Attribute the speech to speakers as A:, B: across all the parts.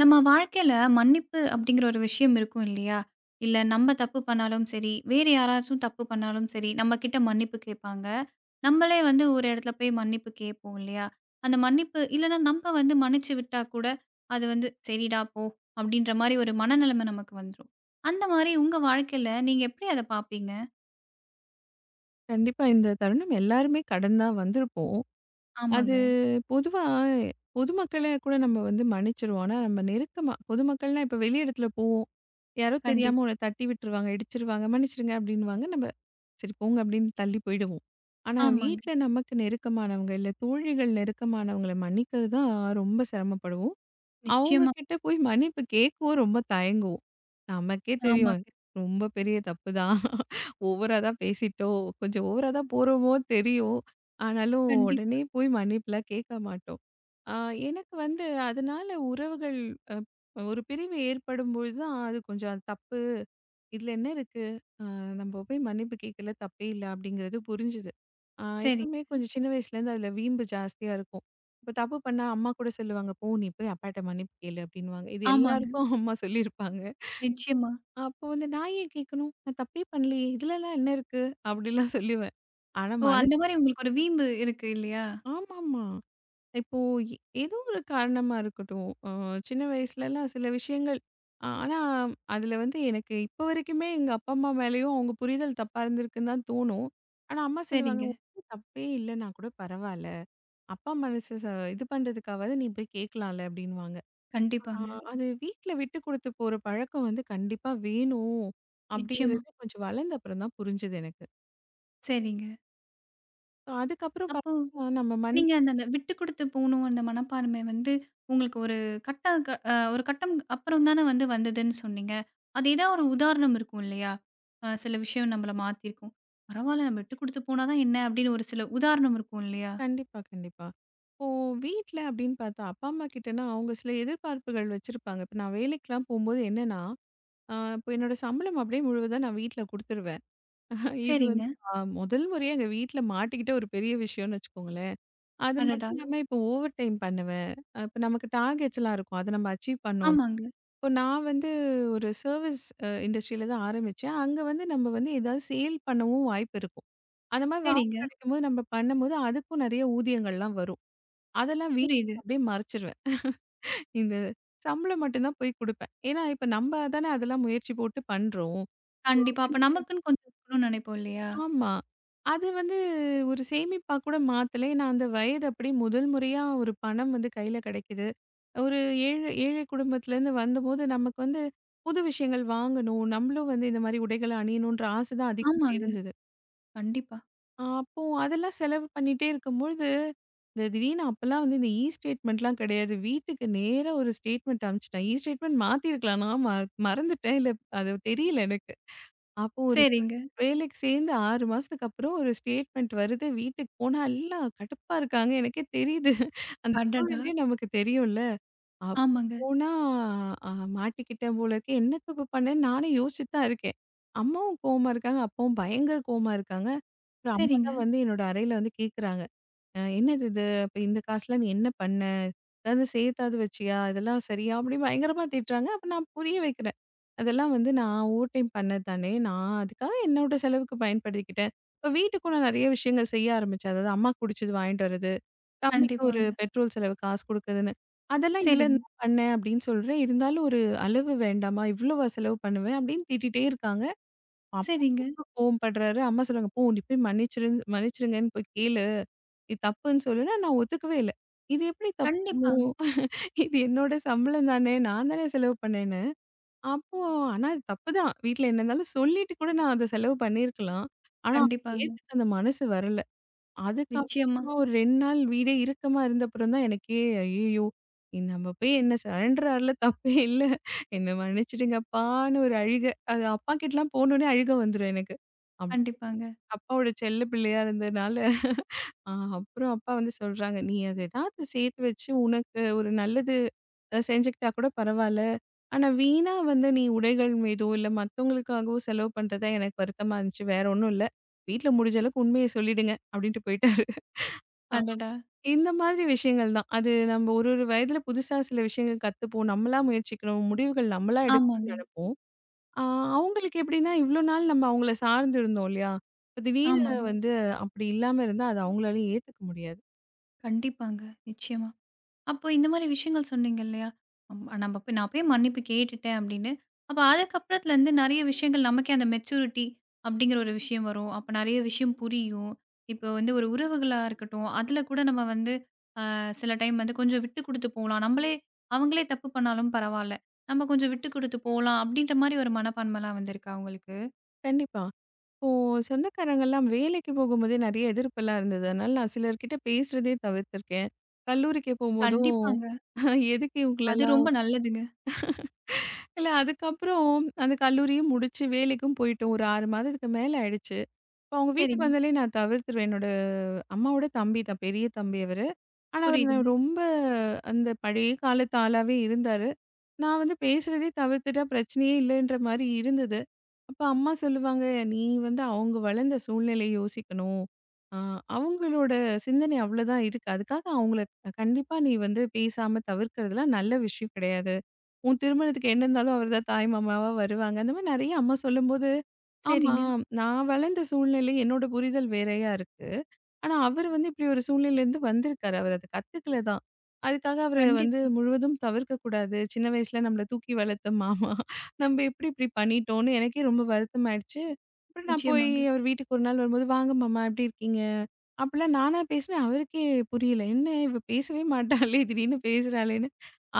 A: நம்ம வாழ்க்கையில மன்னிப்பு அப்படிங்கிற ஒரு விஷயம் இருக்கும் இல்லையா? இல்ல நம்ம தப்பு பண்ணாலும் சரி, வேறு யாராச்சும் தப்பு பண்ணாலும் சரி, நம்மகிட்ட மன்னிப்பு கேட்பாங்க. நம்மளே வந்து ஒரு இடத்துல போய் மன்னிப்பு கேட்போம் இல்லையா? அந்த மன்னிப்பு இல்லன்னா நம்ம வந்து மன்னிச்சு விட்டா கூட, அது வந்து சரிடா போ! அப்படின்ற மாரி ஒரு மனநிலைமை நமக்கு வந்துரும். அந்த மாரி உங்க வாழ்க்கையில நீங்க எப்படி அத பார்ப்பீங்க?
B: கண்டிப்பா. இந்த தருணம் எல்லாருமே கடந்து தான் வந்திருப்போம். அது
A: ஆமாங்க.
B: பொதுவா பொதுமக்கள கூட நம்ம வந்து மன்னிச்சுருவோம். ஆனா, நம்ம நெருக்கமா பொதுமக்கள்னா இப்ப வெளி இடத்துல போவோம். யாரோ தெரியாம உன்ன
A: கண்டிப்பா.
B: தட்டி விட்டுருவாங்க, இடிச்சிருவாங்க, மன்னிச்சிடுங்க அப்டின்னுவாங்க. நம்ம சரி போங்க அப்டின்னு தள்ளி போயிடுவோம். ஆனா,
A: ஆமாங்க.
B: வீட்ல நமக்கு நெருக்கமானவங்க, இல்ல தோழிகள் நெருக்கமானவங்கள மன்னிக்கிறது தான் ரொம்ப சிரமப்படுவோம். அவங்க
A: நிச்சயமா.
B: கிட்ட போய் மன்னிப்பு கேட்கவும் ரொம்ப தயங்குவோம். நமக்கே தெரியும்.
A: ஆமாங்க.
B: ரொம்ப பெரிய தப்பு தான். ஓவரா தான் பேசிட்டோம். கொஞ்சம் ஓவரா தான் போறோமோ தெரியும். ஆனாலும்
A: கண்டிப்பா.
B: உடனே போய் மன்னிப்புலாம் கேட்க மாட்டோம். ஆ எனக்கு வந்து அதனால உறவுகள் அ ஒரு பிரிவு ஏற்படும்பொழுது தான் அது கொஞ்சம் அது தப்பு. இதுல என்ன இருக்கு? அ நம்ம போய் மன்னிப்பு கேட்கல தப்பே இல்ல அப்படிங்கிறது புரிஞ்சுது. எப்பவுமே
A: சரிங்க.
B: கொஞ்சம் சின்ன வயசுலேருந்து அதில வீம்பு ஜாஸ்தியா இருக்கும். இப்ப தப்பு பண்ணா அம்மா கூட சொல்லுவாங்க. "போ நீ போய் அப்பாட்ட மன்னிப்பு கேளு" அப்படின்னுவாங்க. இது
A: ஆமாங்க.
B: எல்லாருக்கும் அம்மா சொல்லியிருப்பாங்க.
A: நிச்சயமா.
B: அப்போ வந்து நான் ஏன் கேட்கணும்? நான் தப்பே பண்ணலையே! இதுலலாம் என்ன இருக்கு? அப்படிலாம் சொல்லுவேன். ஆனா
A: ஓ!
B: மனசு
A: அந்த மாரி உங்களுக்கு ஒரு வீம்பு இருக்கு இல்லையா?
B: ஆமாமா. இப்போ எ ஏதோ ஒரு காரணமா இருக்கட்டும். சின்ன வயசுலலாம் சில விஷயங்கள் ஆனா அதுல வந்து எனக்கு இப்போ வரைக்குமே எங்க அப்பா, அம்மா மேலயும் அவங்க புரிதல் தப்பா இருந்திருக்குன்னு தான் தோணும். ஆனா அம்மா சொல்லுவாங்க,
A: சரிங்க.
B: "ஒண்ணும் தப்பே இல்லன்னா கூட பரவால்ல. அப்பா மனசு இது பண்றதுக்காவது நீ போய் கேட்கலாம்ல" அப்படின்னுவாங்க. ஆ,
A: கண்டிப்பாங்க. ம்.
B: அது வீட்ல விட்டு குடுத்து போற பழக்கம் வந்து கண்டிப்பா வேணும்.
A: நிச்சயமா.
B: அப்படிங்கிறது கொஞ்சம் வளர்ந்த அப்புறம் தான் புரிஞ்சது எனக்கு.
A: சரிங்க.
B: So, அதுக்கப்புறம்
A: அப்போ
B: பார்த்தா நம்ம மனி
A: நீங்க அந்த அந்த விட்டு குடுத்து போணும் அந்த மனப்பான்மை வந்து உங்களுக்கு ஒரு கட்ட க அ ஒரு கட்டம் அப்புறம் தானே வந்து வந்ததுன்னு சொன்னீங்க. அது ஏதாவது ஒரு உதாரணம் இருக்கும் இல்லையா? சில விஷயம் நம்மள மாத்திருக்கும். பரவால்ல நம்ம விட்டு குடுத்து போனா தான் என்ன அப்படின்னு ஒரு சில உதாரணம் இருக்கும் இல்லையா?
B: கண்டிப்பா, கண்டிப்பா. இப்போ வீட்ல அப்படின்னு பார்த்தா, அப்பா, அம்மா கிட்டனா அவங்க சில எதிர்பார்ப்புகள் வச்சிருப்பாங்க. இப்ப நான் வேலைக்கெல்லாம் போம்போது என்னன்னா, இப்ப என்னோட சம்பளம் அப்படியே முழுவதா நான் வீட்ல குடுத்துருவேன். இது
A: சரிங்க.
B: வந்து அ முதல் முறையா எங்க வீட்ல மாட்டிக்கிட்ட ஒரு பெரிய விஷயம்னு வச்சுக்கோங்களேன். அது
A: அடடா!
B: மட்டும் ம்ஹ்ம். இல்லாம இப்போ ஓவர் டைம் பண்ணுவேன். இப்ப நமக்கு டார்கெட்ஸ்லாம் இருக்கும். அத நம்ம அச்சீவ் பண்ணோம்.
A: ஆமாங்க.
B: இப்போ நான் வந்து ஒரு சர்வீஸ் இண்டஸ்ட்ரியில தான் ஆரம்பிச்சேன். அங்க வந்து நம்ம வந்து ஏதாவது சேல் பண்ணவும் வாய்ப்பு இருக்கும். அந்த மாதிரி வாய்ப்பு
A: சரிங்க.
B: கிடைக்கும்போது நம்ம பண்ணும்போது அதுக்கும் நிறைய ஊதியங்கள்லாம் வரும். அதெல்லாம் வீட்ல
A: புரியுது.
B: அப்படியே மறைச்சிருவேன். இந்த சம்பளம் மட்டும் தான் போய் குடுப்பேன். ஏன்னா, இப்ப நம்ம தானே அதெல்லாம் முயற்சி போட்டு பண்றோம்.
A: கண்டிப்பா. அப்ப நமக்குன்னு கொஞ்சம் இருக்கணும்னு நெனைப்போம் இல்லையா?
B: ஆமா. அது வந்து ஒரு சேமிப்பா கூட மாத்தல. ஏன்னா, அந்த வயது அப்படியே முதல் முறையா ஒரு பணம் வந்து கையில கிடைக்குது. ஒரு ஏழை ஏழை குடும்பத்திலேருந்து வந்தபோது நமக்கு வந்து புது விஷயங்கள் வாங்கணும். நம்மளும் வந்து இந்த மாரி உடைகள அணியணுன்ற ஆசை தான் அதிகமா
A: ஆமாங்க.
B: இருந்தது.
A: கண்டிப்பா.
B: அப்போ அதெல்லாம் செலவு பண்ணிட்டே இருக்கும்பொழுது, இந்த திடீர்னு அப்பலாம் வந்து இந்த ஸ்டேட்மெண்ட்லாம் கிடையாது. வீட்டுக்கு நேரா ஒரு ஸ்டேட்மெண்ட் அனுப்பிச்சுட்டேன். ஸ்டேட்மெண்ட் மாத்தியிருக்கலாம். நான் மறந்துட்டேன். இல்ல அது தெரியல எனக்கு. அப்போ ஒரு
A: சரிங்க.
B: வேலைக்கு சேர்ந்து 6 மாசத்துக்கு அப்புறம் ஒரு ஸ்டேட்மெண்ட் வருது. வீட்டுக்கு போனா எல்லாம் கடுப்பா இருக்காங்க. எனக்கே தெரியுது. அந்த
A: அடடா!
B: சூழ்நிலை நமக்கு தெரியும்ல. அப்ப
A: ஆமாங்க.
B: போனா அ மாட்டிக்கிட்டேன் போல இருக்கு. என்ன தப்பு பண்ணேன்னு நானே யோசிச்சுட்டு தான் இருக்கேன். அம்மாவும் கோவமா இருக்காங்க. அப்பாவும் பயங்கர கோவமா இருக்காங்க. அப்புறம் அம்மா
A: சரிங்க.
B: தான் வந்து என்னோட அறையில வந்து கேட்குறாங்க. "என்னது இது? அப்ப இந்த காசுல நீ என்ன பண்ண? ஏதாவது சேர்த்தாவது வச்சியா? இதெல்லாம் சரியா?" அப்படின்னு பயங்கரமா திட்டுறாங்க. அப்ப நான் புரிய வைக்கிறேன். அதெல்லாம் வந்து நான் ஓவர் டைம் பண்ணது தானே. நான் அதுக்காக என்னோட செலவுக்கு பயன்படுத்திக்கிட்டேன். இப்ப வீட்டுக்கும் நான் நெறைய விஷயங்கள் செய்ய ஆரம்பிச்சேன். அதாவது அம்மாக்கு புடிச்சது வாங்கிட்டு வர்றது, தம்பிக்கு ஒரு
A: கண்டிப்பாங்க.
B: பெட்ரோல் செலவு காசு குடுக்குறதுன்னு. அதெல்லாம் இதுல
A: சரிங்க.
B: இருந்து தான் பண்ணேன் அப்படின்னு சொல்றேன். இருந்தாலும் ஒரு அளவு வேண்டாமா? இவ்வளவா செலவு பண்ணுவேன்? அப்படின்னு திட்டிட்டே இருக்காங்க. அப்பா
A: சரிங்க.
B: ரொம்ப கோவப்படுறாரு. அம்மா சொல்றாங்க, "போ நீ போய் மன்னிச்சிருங்கன்னு போய் கேளு. இது தப்புன்னு சொல்லுனா" நான் ஒத்துக்கவே இல்ல. "இது எப்படி தப்புன்னு?
A: கண்டிப்பா,
B: இது என்னோட சம்பளம் தானே! நான் தானே செலவு பண்ணேன்னு." அப்போ ஆனா அது தப்பு தான். வீட்ல என்ன இருந்தாலும் சொல்லிட்டு கூட நான் அத செலவு பண்ணியிருக்கலாம். ஆனா,
A: கண்டிப்பாங்க.
B: ஏத்துக்க அந்த மனசு வரல.
A: நிச்சயமா.
B: அதுக்கப்புறமா ஒரு 2 நாள் வீடே இறுக்கமா இருந்தப்புறம் தான் எனக்கே, ஐயய்யோ! நம்ம போய் என்ன சரண்டர் ஆகல தப்பே இல்ல. என்ன மன்னிச்சுடுங்கப்பான்னு ஒரு அழுகை. அது அப்பாக்கிட்டலாம் போனோனே அழுகை வந்துரும் எனக்கு. அப்
A: கண்டிப்பாங்க.
B: அப்பாவோட செல்ல பிள்ளையா இருந்ததுனால, அ அப்புறம் அப்பா வந்து சொல்றாங்க, "நீ அத ஏதாவது சேர்த்து வச்சு உனக்கு ஒரு நல்லது செஞ்சுக்கிட்டா கூட பரவால்ல. ஆனா வீணா வந்து நீ உடைகள் மீதோ, இல்ல மத்தவங்களுக்காகவோ செலவு பண்றது தான் எனக்கு வருத்தமா இருந்துச்சு. வேற ஒண்ணும் இல்ல. வீட்ல முடிஞ்ச அளவுக்கு உண்மைய சொல்லிடுங்க" அப்படின்ட்டு போயிட்டாரு.
A: அடடா!
B: இந்த மாதிரி விஷயங்கள் தான். அது நம்ம ஒரு ஒரு வயதில புதுசா சில விஷயங்கள் கத்துப்போம். நம்மளா முயற்சிக்கிறோம். முடிவுகள் நம்மளா
A: ஆமாங்க,
B: எடுக்கணும்னு நெனைப்போம். ஆ அவங்களுக்கு எப்படின்னா, இவ்ளோ நாள் நம்ம அவங்கள சார்ந்து இருந்தோம் இல்லையா? இப்ப திடீர்னு
A: ஆமாங்க.
B: வந்து அப்படி இல்லாம இருந்தா, அது அவங்களாலயும் ஏத்துக்க முடியாது.
A: கண்டிப்பாங்க. நிச்சயமா. அப்போ இந்த மாரி விஷயங்கள் சொன்னீங்க இல்லையா? அம் நம்ம போய் நான் போய் மன்னிப்பு கேட்டுட்டேன் அப்படின்னு. அப்ப அதுக்கப்புறத்துலருந்து நெறைய விஷயங்கள் நமக்கே அந்த மெச்சூரிட்டி அப்படிங்கிற ஒரு விஷயம் வரும். அப்ப நெறைய விஷயம் புரியும். இப்போ வந்து ஒரு உறவுகளா இருக்கட்டும், அதுல கூட நம்ம வந்து சில டைம் வந்து கொஞ்சம் விட்டு குடுத்து போலாம். நம்மளே அவங்களே தப்பு பண்ணாலும் பரவால்ல. நம்ம கொஞ்சம் விட்டு குடுத்து போலாம் அப்படின்ற மாரி ஒரு மனப்பான்மைலாம் வந்திருக்கா உங்களுக்கு?
B: கண்டிப்பா. இப்போ சொந்தக்காரங்கலாம் வேலைக்கு போகும்போதே நெறைய எதிர்ப்பெல்லாம் இருந்தது. அதனால நான் சிலர்கிட்ட பேசுறதே தவிர்த்திருக்கேன். கல்லூரிக்கு போம்போதும்
A: கண்டிப்பாங்க.
B: எதுக்கு
A: அது
B: இவங்களலாம்
A: ரொம்ப நல்லதுங்க.
B: இல்ல அதுக்கப்புறம் அந்த கல்லூரியும் முடிச்சு வேலைக்கும் போயிட்டோம். ஒரு 6 மாதத்துக்கு மேல ஆயிடுச்சு. இப்ப அவங்க வீட்டுக்கு
A: சரிங்க.
B: வந்தாலே நான் தவிர்த்துருவேன். என்னோட அம்மாவோட தம்பி தான், பெரிய தம்பி அவரு. ஆனா, அவரு
A: புரியுதுங்க.
B: ரொம்ப அந்த பழைய காலத்து ஆளாவே இருந்தாரு. நான் வந்து பேசுறதே தவிர்த்துட்டா பிரச்சனையே இல்லைன்ற மாரி இருந்தது. அப்ப அம்மா சொல்லுவாங்க, "நீ வந்து அவங்க வளர்ந்த சூழ்நிலைய யோசிக்கணும். அ அவங்களோட சிந்தனை அவ்வளோதான் இருக்கு. அதுக்காக அவங்கள கண்டிப்பா நீ வந்து பேசாம தவிர்க்கிறதுலாம் நல்ல விஷயம் கிடையாது." உன் திருமணத்துக்கு என்ன இருந்தாலும் அவர் தான் தாய் மாமாவா வருவாங்க. அந்த மாரி நெறைய அம்மா சொல்லும்போது, ஆமா.
A: சரிங்க.
B: நான் வளர்ந்த சூழ்நிலை என்னோட புரிதல் வேறையா இருக்கு. ஆனா, அவரு வந்து இப்படி ஒரு சூழ்நிலையிலேருந்து வந்திருக்காரு. அவரு அத கத்துக்கல தான். அதுக்காக அவர வந்து
A: கண்டிப்பா.
B: முழுவதும் தவிர்க்கக்கூடாது. சின்ன வயசுல நம்மள தூக்கி வளர்த்த மாமா, நம்ப எப்படி இப்படி பண்ணிட்டோம்னு எனக்கே ரொம்ப வருத்தமாயிடுச்சு. அப்புறம் நான் போய்
A: நிச்சயமாங்க.
B: அவர் வீட்டுக்கு ஒரு நாள் வரும்போது, "வாங்க மாமா எப்படி இருக்கீங்க?" அப்படிலாம் நானா பேசினேன். அவருக்கே புரியல. "என்ன இவ பேசவே மாட்டாளே, திடீர்னு பேசுறாளேன்னு."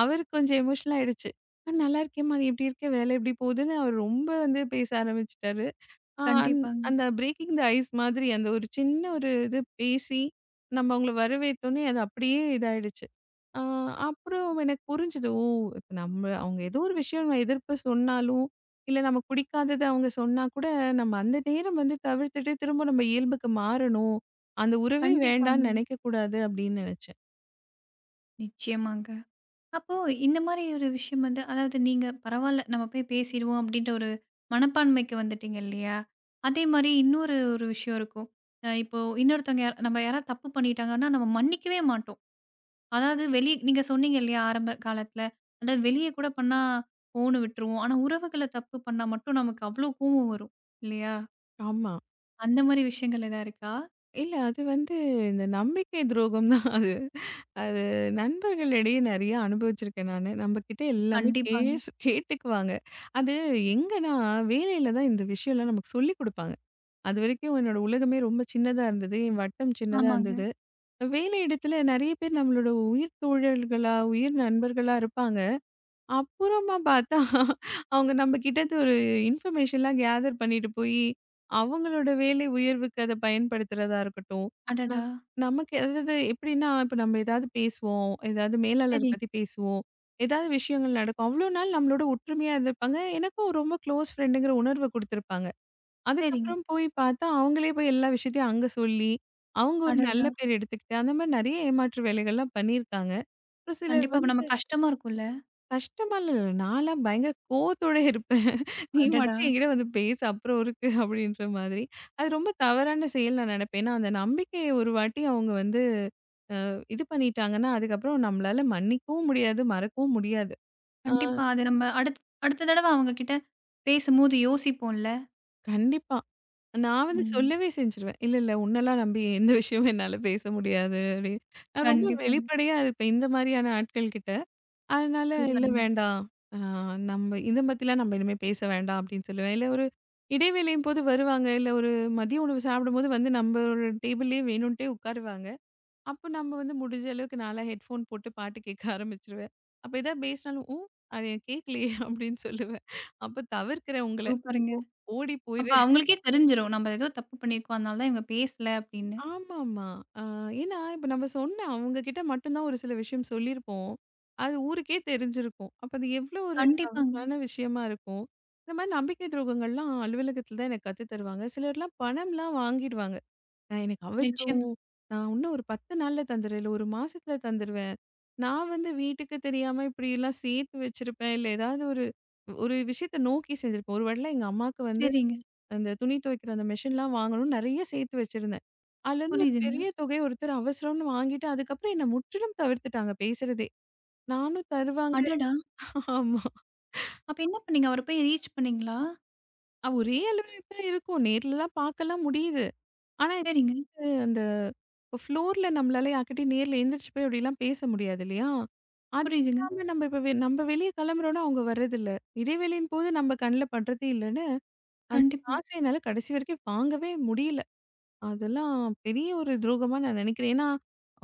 B: அவருக்கு கொஞ்சம் எமோஷனல் ஆயிடுச்சு. "நான் நல்லா இருக்கேன்ம்மா. நீ எப்படி இருக்க? வேலை எப்படி போகுதுன்னு?" அவர் ரொம்ப வந்து பேச ஆரம்பிச்சுட்டாரு. ஆ அந்
A: கண்டிப்பாங்க.
B: அந்த பிரேக்கிங் த ஐஸ் மாதிரி அந்த ஒரு சின்ன ஒரு இது பேசி, நம்ம அவங்கள வரவேத்தோனே அது அப்படியே இதாயிடுச்சு. ஆ அப்புறம் எனக்கு புரிஞ்சுது. ஓ! இப்ப நம்ம அவங்க ஏதோ ஒரு விஷயம் நம்ம எதிர்ப்பு சொன்னாலும், இல்ல நமக்கு பிடிக்காதது அவங்க சொன்னா கூட, நம்ம அந்த நேரம் வந்து தவிர்த்துட்டு திரும்ப நம்ம இயல்புக்கு மாறணும். அந்த உறவே வேண்டான்னு
A: கண்டிப்பாங்க.
B: நெனைக்கக்கூடாது அப்படின்னு நெனச்சேன்.
A: நிச்சயமாங்க. அப்போ இந்த மாரி ஒரு விஷயம் வந்து அதாவது நீங்க பரவால்ல நம்ம போய் பேசிருவோம் அப்டின்ற ஒரு மனப்பான்மைக்கு வந்துட்டீங்க இல்லையா? அதே மாரி இன்னொரு ஒரு விஷயம் இருக்கும். இப்போ இன்னொருத்தவங்க யார் நம்ம யாராவது தப்பு பண்ணிட்டாங்கன்னா, நம்ம மன்னிக்கவே மாட்டோம். அதாவது வெளிய நீங்க சொன்னீங்க இல்லையா ஆரம்ப காலத்துல, அதாவது வெளிய கூட பண்ணா போன்னு விட்டுருவோம். ஆனா உறவுகள தப்பு பண்ணா மட்டும் நமக்கு அவ்ளோ கோவம் வரும். இல்லையா?
B: ஆமா.
A: அந்த மாரி விஷயங்கள் எதா இருக்கா?
B: இல்ல. அது வந்து இந்த நம்பிக்கை துரோகம் தான் அது. அது நண்பர்களிடையே நெறைய அனுபவிச்சிருக்கேன் நானு. நம்மகிட்ட எல்லாமே
A: கண்டிப்பாங்க.
B: கேஸ் கேட்டுக்குவாங்க. அது எங்கன்னா வேலையில தான் இந்த விஷயம்லாம் நமக்கு சொல்லிக் குடுப்பாங்க. அதுவரைக்கும் என்னோட உலகமே ரொம்ப சின்னதா இருந்தது. என் வட்டம் சின்னதா
A: ஆமாங்க.
B: இருந்தது. வேலை இடத்துல நெறைய பேர் நம்மளோட உயிர் தோழர்களா, உயிர் நண்பர்களா இருப்பாங்க. அப்புறமா பார்த்தா, அவங்க நம்ம கிட்டருந்து ஒரு இன்ஃபர்மேஷன்லாம் கேதர் பண்ணிட்டு போயி, அவங்களோட வேலை உயர்வுக்கு அத பயன்படுத்துறதா இருக்கட்டும். நான்
A: அடடா!
B: நமக்கு அதாவது எப்படின்னா, இப்ப நம்ம ஏதாவது பேசுவோம், ஏதாவது மேலாளர
A: சரிங்க,
B: பத்தி பேசுவோம், ஏதாவது விஷயங்கள் நடக்கும். அவ்வளோ நாள் நம்மளோட ஒற்றுமையா இருந்திருப்பாங்க. எனக்கும் ரொம்ப க்ளோஸ் ஃப்ரெண்டுங்கிற உணர்வ குடுத்துருப்பாங்க.
A: சரிங்க.
B: அதுக்கப்புறம் போய் பார்த்தா, அவங்களே போய் எல்லா விஷயத்தையும் அங்க சொல்லி, அவங்க ஒரு நல்ல
A: அடடா!
B: ம். பேர் எடுத்துக்கிட்டு, அந்த மாரி நெறைய ஏமாற்று வேலைகள்லாம் பண்ணியிருக்காங்க. ஒரு சிலர்
A: கண்டிப்பா அப்ப
B: வந்து
A: நம்ம கஷ்டமா இருக்கும்ல.
B: கஷ்டமா இல்ல. நான்லாம் பயங்கர கோவத்தோட இருப்பேன். நீ ம்.
A: அடடா!
B: மட்டும் என்கிட்ட வந்து பேசு அப்புறம் இருக்கு அப்படின்ற மாதிரி. அது ரொம்ப தவறான செயல் நான் நினைப்பேன். ஏன்னா அந்த நம்பிக்கைய ஒரு வாட்டி அவங்க வந்து இது பண்ணிட்டாங்கன்னா, அதுக்கப்புறம் நம்மளால மன்னிக்கவும் முடியாது, மறக்கவும் முடியாது. ஆ
A: கண்டிப்பா. அது நம்ம அடுத்த தடவ அவங்க கிட்ட பேசும்போது யோசிப்போம்ல.
B: கண்டிப்பா. நான் வந்து
A: ம்.
B: சொல்லவே செஞ்சுருவேன். இல்ல, உன்னெல்லாம் நம்பி எந்த விஷயமும் என்னால பேச முடியாது அப்படின்னு. நான் ரொம்ப
A: கண்டிப்பாங்க.
B: வெளிப்படையா இருப்பேன் இந்த மாரியான ஆட்கள் கிட்ட. அதனால இல்ல
A: சூப்பருங்க,
B: வேண்டாம். அ நம்ம இத பத்திலாம் இனிமே பேச வேண்டாம் அப்டின்னு சொல்லுவேன். இல்ல ஒரு இடைவேளையும் போது வருவாங்க. இல்ல ஒரு மதிய உணவு சாப்பிடும்போது வந்து நம்மளோட டேபிள்லயே வேணுன்ட்டே உட்காருவாங்க. அப்போ நம்ம வந்து முடிஞ்ச அளவுக்கு நான்லாம் ஹெட்ஃபோன் போட்டு பாட்டு கேட்க ஆரம்பிச்சுருவேன். அப்ப ஏதாவது பேசினாலும், "ஓ! அது கேட்கலையே" அப்டின்னு சொல்லுவேன். அப்ப தவிர்க்கிறேன் உங்கள. ஓ
A: சூப்பருங்க.
B: ஓடி
A: அப்ப
B: போயிரு.
A: அவங்களுக்கே தெரிஞ்சிரும். நம்ம ஏதோ தப்பு பண்ணியிருக்கோம். அதனால தான் இவங்க பேசல அப்படின்னு.
B: ஆமாமா. அ ஏன்னா, இப்ப நம்ம சொன்ன அவங்க கிட்ட மட்டும் தான் ஒரு சில விஷயம் சொல்லியிருப்போம். அது ஊருக்கே தெரிஞ்சிருக்கும். அப்ப அது எவ்ளோ ஒரு
A: கண்டிப்பாங்க.
B: தவறான விஷயமா இருக்கும். இந்த மாரி நம்பிக்கை துரோகங்கள்லாம் அலுவலகத்தில தான் எனக்கு கத்து தருவாங்க. சிலர்லாம் பணம்லாம் வாங்கிடுவாங்க. நான் எனக்கு அவசரம்.
A: நிச்சயமா.
B: நான் இன்னும் ஒரு 10 நாள்ல தந்துடுறேன். இல்ல 1 மாசத்துல தந்துருவேன். நான் வந்து வீட்டுக்கு தெரியாம இப்படிலாம் சேர்த்து வச்சிருப்பேன். இல்ல ஏதாவது ஒரு ஒரு விஷயத்த நோக்கி செஞ்சிருப்பேன். ஒரு வேளை எங்க அம்மாக்கு வந்து
A: சரிங்க.
B: அந்த துணி துவைக்கிற அந்த மெஷின்லாம் வாங்கணும்னு நெறைய சேர்த்து வச்சிருந்தேன். அதுலேருந்து ம். ஒரு
A: புரியுதுங்க.
B: பெரிய தொகை ஒருத்தர் அவசரம்னு வாங்கிட்டு, அதுக்கப்புறம் என்ன முற்றிலும் தவிர்த்துட்டாங்க பேசுறதே. நானும் தருவாங்க
A: அடடா!
B: ஆமா.
A: அப்ப என்ன பண்ணீங்க? அவர போய் ரீச் பண்ணீங்களா?
B: ஒரே அலுவலகத்துல இருக்கும். நேர்லலாம் பார்க்கலாம் முடியுது. ஆனா
A: சரிங்க.
B: இது அந்த ஃப்ளோர்ல நம்மளால யார்கிட்டயும் நேர்ல எந்திரிச்சு போய் அப்படிலாம் பேச முடியாது இல்லையா? அது
A: புரியுதுங்க.
B: இல்லாம நம்ம இப்ப நம்ம வெளிய கிளம்புறோம்னா அவங்க வர்றதில்ல. இடைவேளையின் போது நம்ம கண்ல படுறதே இல்லன்னு, அந்த
A: கண்டிப்பா.
B: காச என்னால கடைசி வரைக்கும் வாங்கவே முடியல. அதெல்லாம் பெரிய ஒரு துரோகமா நான் நினைக்கிறேன். ஏன்னா,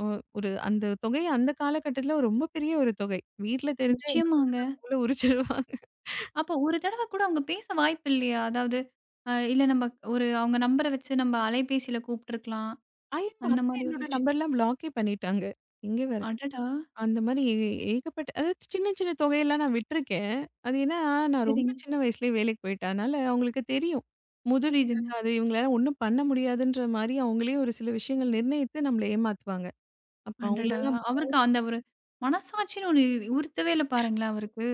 B: அ ஒரு அந்த தொகை அந்த காலகட்டத்தில ரொம்ப பெரிய ஒரு தொகை. வீட்ல தெரிஞ்சா என்ன
A: நிச்சயமாங்க.
B: தோல உரிச்சிருவாங்க.
A: அப்போ ஒரு தடவ கூட அவங்க பேச வாய்ப்பில்லையா? அதாவது, இல்ல நம்ம ஒரு அவங்க நம்பர வச்சு நம்ம அலைபேசியில கூப்ட்டுருக்கலாம்.
B: ஆனா
A: அந்த
B: அதுல
A: மாரி ஒரு
B: என்னோட
A: விஷயம்.
B: நம்பர்லாம் பிளாக்கே பண்ணிட்டாங்க. எங்க வேற
A: அடடா!
B: அந்த மாரி ஏகப்பட்ட அதாவது சின்ன சின்ன தொகையெல்லாம் நான் விட்டுருக்கேன். அது ஏன்னா நான் ரொம்ப
A: சரிங்க.
B: சின்ன வயசுலயே வேலைக்கு போயிட்டேன். அதனால அவங்களுக்கு தெரியும். முதிர்ச்சி
A: புரியுதுங்க.
B: இருக்காது. இவங்களால ஒண்ணும் பண்ண முடியாதுன்ற மாரி அவங்களே ஒரு சில விஷயங்கள் நிர்ணயித்து நம்மள ஏமாத்துவாங்க. அப்ப
A: அடடா!
B: அவங்களலாம்
A: அவருக்கு அந்த ஒரு மனசாட்சின்னு ஒண்ணு உறுத்தவே இல்ல பாருங்களேன் அவருக்கு.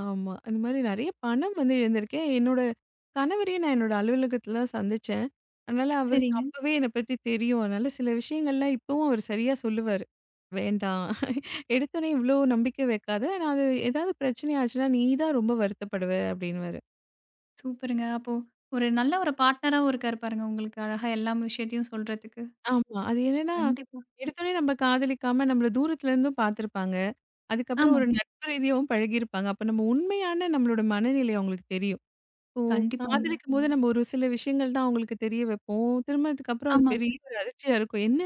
B: ஆமா. அந்த மாரி நெறைய பணம் வந்து இழந்திருக்கேன். என்னோட கணவரையே நான் என்னோட அலுவலகத்துல தான் சந்திச்சேன். அதனால அவருக்கு
A: சரிங்க.
B: அப்பவே என்ன பத்தி தெரியும். அதனால சில விஷயங்கள்லாம் இப்பவும் அவர் சரியா சொல்லுவாரு. "வேண்டாம். எடுத்தோனே இவ்ளோ நம்பிக்கை வைக்காத. நான் அது ஏதாவது பிரச்சனை ஆச்சுன்னா, நீ தான் ரொம்ப வருத்தப்படுவ" அப்படின்னுவாரு.
A: சூப்பருங்க. அப்போ ஒரு நல்ல ஒரு பார்ட்னராவும் இருக்காரு பாருங்க உங்களுக்கு. அழகா எல்லா விஷயத்தையும் சொல்றதுக்கு.
B: ஆமா. அது என்னன்னா,
A: கண்டிப்பா.
B: எடுத்தோனே நம்ம காதலிக்காம நம்மள தூரத்துல இருந்தும் பார்த்துருப்பாங்க. அதுக்கப்புறம் ஒரு
A: ஆமாங்க.
B: நட்பு ரீதியாவும் பழகியிருப்பாங்க. அப்ப நம்ம உண்மையான நம்மளோட மனநிலை அவங்களுக்கு தெரியும். இப்போ
A: கண்டிப்பாங்க.
B: காதலிக்கும்போது நம்ம ஒரு சில விஷயங்கள் தான் அவங்களுக்கு தெரிய வைப்போம். திருமணத்துக்கு அப்புறம் அது பெரிய
A: ஆமாங்க.
B: ஒரு அதிர்ச்சியா இருக்கும். "என்ன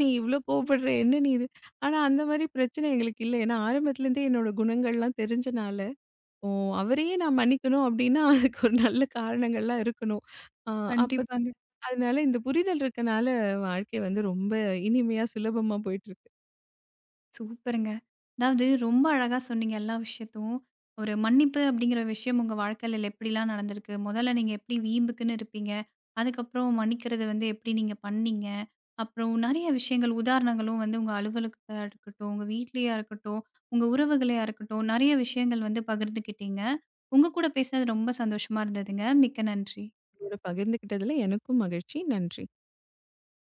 B: நீ இவ்ளோ கோவப்படுற? என்ன நீ இது?" ஆனா அந்த மாரி பிரச்சனை எங்களுக்கு இல்ல. ஏன்னா ஆரம்பத்துலேருந்தே என்னோட குணங்கள்லாம் தெரிஞ்சனால, ஓ அவரையே நான் மன்னிக்கணும் அப்டின்னா, அதுக்கு ஒரு நல்ல காரணங்கள்லாம் இருக்கணும். ஆ அப்ப
A: கண்டிப்பாங்க.
B: அதனால இந்த புரிதல் இருக்கனால வாழ்க்கை வந்து ரொம்ப இனிமையா, சுலபமா போயிட்டுருக்கு.
A: சூப்பருங்க. அதாவது ரொம்ப அழகா சொன்னீங்க எல்லா விஷயத்தும். ஒரு மன்னிப்பு அப்படிங்கிற விஷயம் உங்க வாழ்க்கையில எப்படிலாம் நடந்திருக்கு? முதல்ல நீங்க எப்படி வீம்புக்குன்னு இருப்பீங்க. அதுக்கப்புறம் மன்னிக்கிறது வந்து எப்படி நீங்க பண்ணீங்க. அப்புறம் நெறைய விஷயங்கள் உதாரணங்களும் வந்து உங்க அலுவலகத்தா இருக்கட்டும், உங்க வீட்லயா இருக்கட்டும், உங்க உறவுகளையா இருக்கட்டும், நெறைய விஷயங்கள் வந்து பகிர்ந்துக்கிட்டீங்க. உங்க கூட பேசினது ரொம்ப சந்தோஷமா இருந்ததுங்க. மிக்க நன்றி.
B: உங்களோட பகிர்ந்துக்கிட்டதுல எனக்கும் மகிழ்ச்சி. நன்றி.